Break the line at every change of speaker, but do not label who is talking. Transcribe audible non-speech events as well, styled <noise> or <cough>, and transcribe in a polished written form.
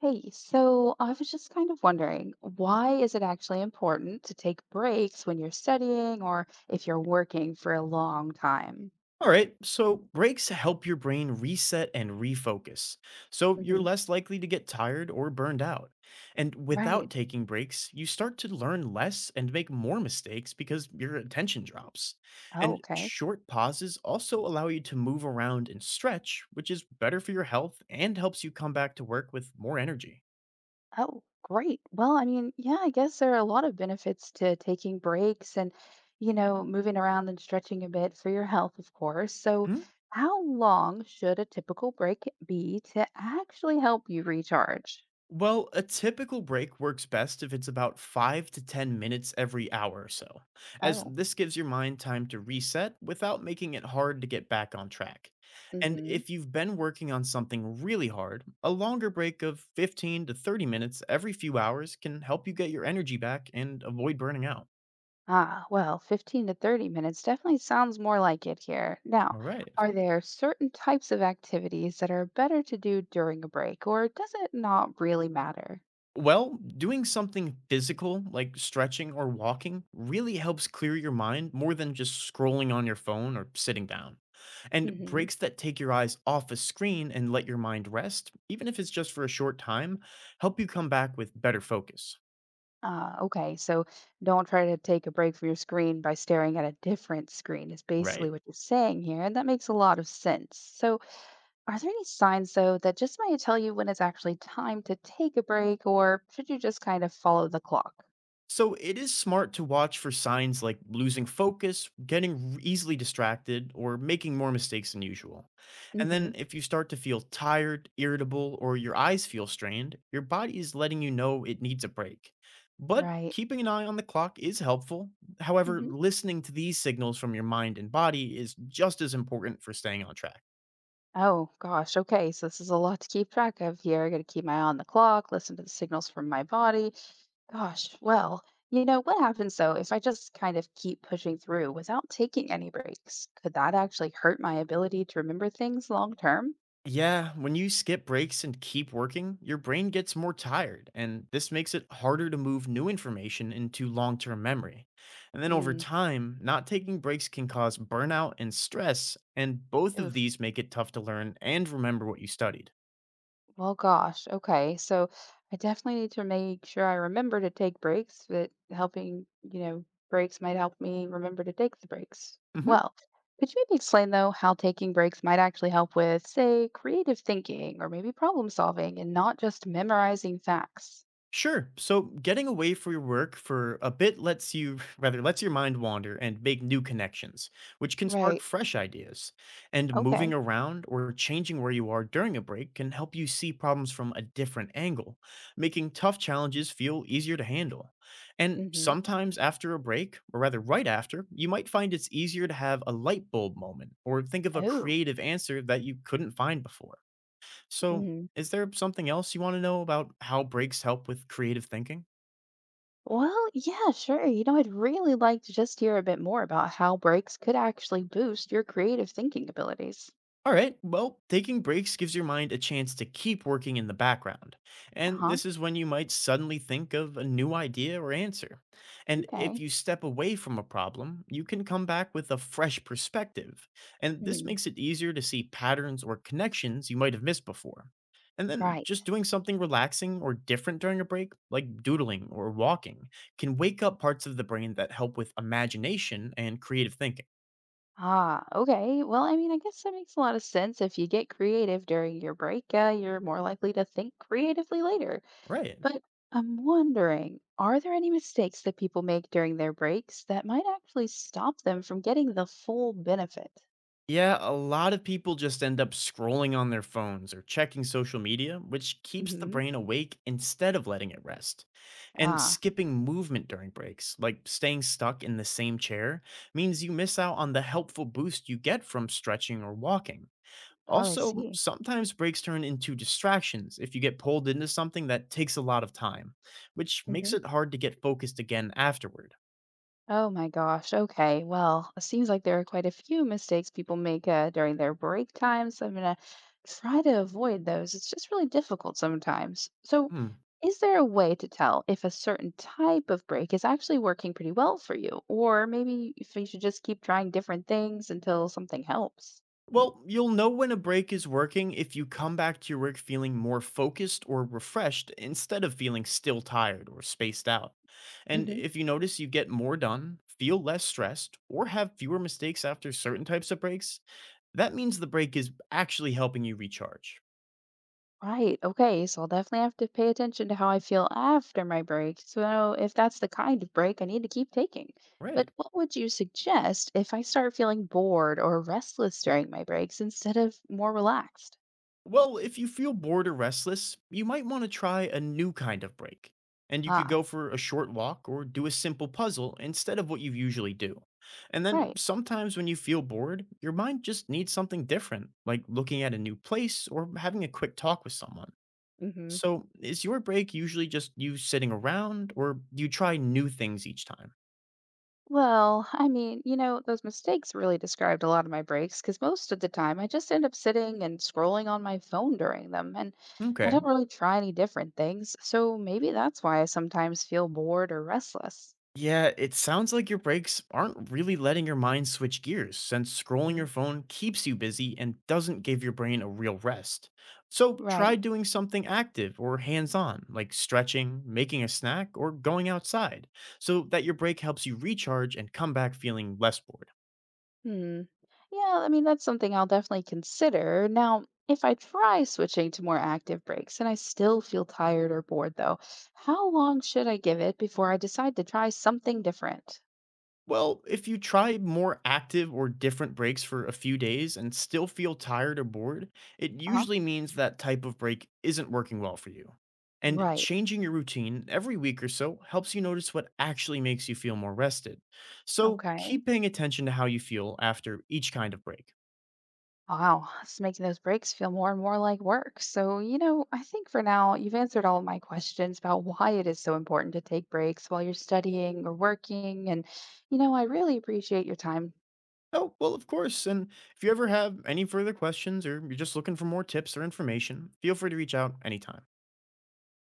Hey, so I was just kind of wondering, why is it actually important to take breaks when you're studying or if you're working for a long time?
All right, so breaks help your brain reset and refocus, so you're
Hmm.
less likely to get tired or burned out. And without
Right.
taking breaks, you start to learn less and make more mistakes because your attention drops.
Oh,
And
okay.
short pauses also allow you to move around and stretch, which is better for your health and helps you come back to work with more energy.
Oh, great. Well, I mean, yeah, I guess there are a lot of benefits to taking breaks and, you know, moving around and stretching a bit for your health, of course. So,
Hmm?
how long should a typical break be to actually help you recharge?
Well, a typical break works best if it's about 5 to 10 minutes every hour or so, as
Oh.
this gives your mind time to reset without making it hard to get back on track. And
Hmm.
if you've been working on something really hard, a longer break of 15 to 30 minutes every few hours can help you get your energy back and avoid burning out.
Ah, well, 15 to 30 minutes definitely sounds more like it here. Now,
All right.
are there certain types of activities that are better to do during a break, or does it not really matter?
Well, doing something physical like stretching or walking really helps clear your mind more than just scrolling on your phone or sitting down. And
Hmm.
breaks that take your eyes off a screen and let your mind rest, even if it's just for a short time, help you come back with better focus.
Okay, so don't try to take a break from your screen by staring at a different screen, is
Right.
basically what you're saying here, and that makes a lot of sense. So, are there any signs, though, that just might tell you when it's actually time to take a break, or should you just kind of follow the clock?
So it is smart to watch for signs like losing focus, getting easily distracted, or making more mistakes than usual. And then
Hmm.
if you start to feel tired, irritable, or your eyes feel strained, your body is letting you know it needs a break. But
Right.
keeping an eye on the clock is helpful. However, listening to these signals from your mind and body is just as important for staying on track.
Oh gosh, okay. So this is a lot to keep track of here. I got to keep my eye on the clock, listen to the signals from my body. Gosh, well, you know, what happens though if I just kind of keep pushing through without taking any breaks? Could that actually hurt my ability to remember things long term?
Yeah, when you skip breaks and keep working, your brain gets more tired, and this makes it harder to move new information into long term memory. And then over
Mm,
time, not taking breaks can cause burnout and stress, and both of
oof.
these make it tough to learn and remember what you studied.
Well, gosh. Okay. So I definitely need to make sure I remember to take breaks. That helping, you know, breaks might help me remember to take the breaks.
Mhm.
Well, could you maybe explain, though, how taking breaks might actually help with, say, creative thinking or maybe problem solving and not just memorizing facts?
Sure. So getting away from your work for a bit lets you <laughs> rather lets your mind wander and make new connections, which can spark
Right.
fresh ideas. And moving
Okay.
around or changing where you are during a break can help you see problems from a different angle, making tough challenges feel easier to handle. And
Mm-hmm.
sometimes after a break, or rather right after, you might find it's easier to have a light bulb moment or think of a
Oh.
creative answer that you couldn't find before. So,
Mm-hmm.
is there something else you want to know about how breaks help with creative thinking?
Well, yeah, sure. You know, I'd really like to just hear a bit more about how breaks could actually boost your creative thinking abilities.
All right, well, taking breaks gives your mind a chance to keep working in the background. And
Uh-huh.
this is when you might suddenly think of a new idea or answer. And if
Okay.
you step away from a problem, you can come back with a fresh perspective. And this
Mhm.
makes it easier to see patterns or connections you might have missed before. And then
Right.
just doing something relaxing or different during a break, like doodling or walking, can wake up parts of the brain that help with imagination and creative thinking.
Ah, okay. Well, I mean, I guess that makes a lot of sense. If you get creative during your break, you're more likely to think creatively later.
Right.
But I'm wondering, are there any mistakes that people make during their breaks that might actually stop them from getting the full benefit?
Yeah, a lot of people just end up scrolling on their phones or checking social media, which keeps the
Hmm.
brain awake instead of letting it rest. And
Ah,
skipping movement during breaks, like staying stuck in the same chair, means you miss out on the helpful boost you get from stretching or walking.
oh, I
Also,
see.
sometimes breaks turn into distractions if you get pulled into something that takes a lot of time, which makes
Mhm.
it hard to get focused again afterward.
Oh my gosh. Okay. Well, it seems like there are quite a few mistakes people make during their break times. I'm going to try to avoid those. It's just really difficult sometimes. So,
Hmm.
is there a way to tell if a certain type of break is actually working pretty well for you? Or maybe if you should just keep trying different things until something helps?
Well, you'll know when a break is working if you come back to your work feeling more focused or refreshed instead of feeling still tired or spaced out. And
Hmm.
if you notice you get more done, feel less stressed, or have fewer mistakes after certain types of breaks, that means the break is actually helping you recharge.
Right. Okay. So I'll definitely have to pay attention to how I feel after my break. So if that's the kind of break I need to keep taking.
Right.
But what would you suggest if I start feeling bored or restless during my breaks instead of more relaxed?
Well, if you feel bored or restless, you might want to try a new kind of break. And you could
Ah,
go for a short walk or do a simple puzzle instead of what you usually do. And then
right.
sometimes when you feel bored, your mind just needs something different, like looking at a new place or having a quick talk with someone.
hmm
So, is your break usually just you sitting around or do you try new things each time?
Well, I mean, you know, those mistakes really described a lot of my breaks because most of the time I just end up sitting and scrolling on my phone during them, and I
Okay.
don't really try any different things. So maybe that's why I sometimes feel bored or restless.
Yeah, it sounds like your breaks aren't really letting your mind switch gears since scrolling your phone keeps you busy and doesn't give your brain a real rest. So try
Right.
doing something active or hands on, like stretching, making a snack, or going outside, so that your break helps you recharge and come back feeling less bored.
Hmm. Yeah, I mean, that's something I'll definitely consider. Now, if I try switching to more active breaks and I still feel tired or bored, though, how long should I give it before I decide to try something different?
Well, if you try more active or different breaks for a few days and still feel tired or bored, it
Uh-huh.
usually means that type of break isn't working well for you. And
Right.
changing your routine every week or so helps you notice what actually makes you feel more rested. So
Okay.
keep paying attention to how you feel after each kind of break.
Wow, it's making those breaks feel more and more like work. So, you know, I think for now you've answered all of my questions about why it is so important to take breaks while you're studying or working. And, you know, I really appreciate your time
Oh, well, of course. And if you ever have any further questions or you're just looking for more tips or information, feel free to reach out anytime.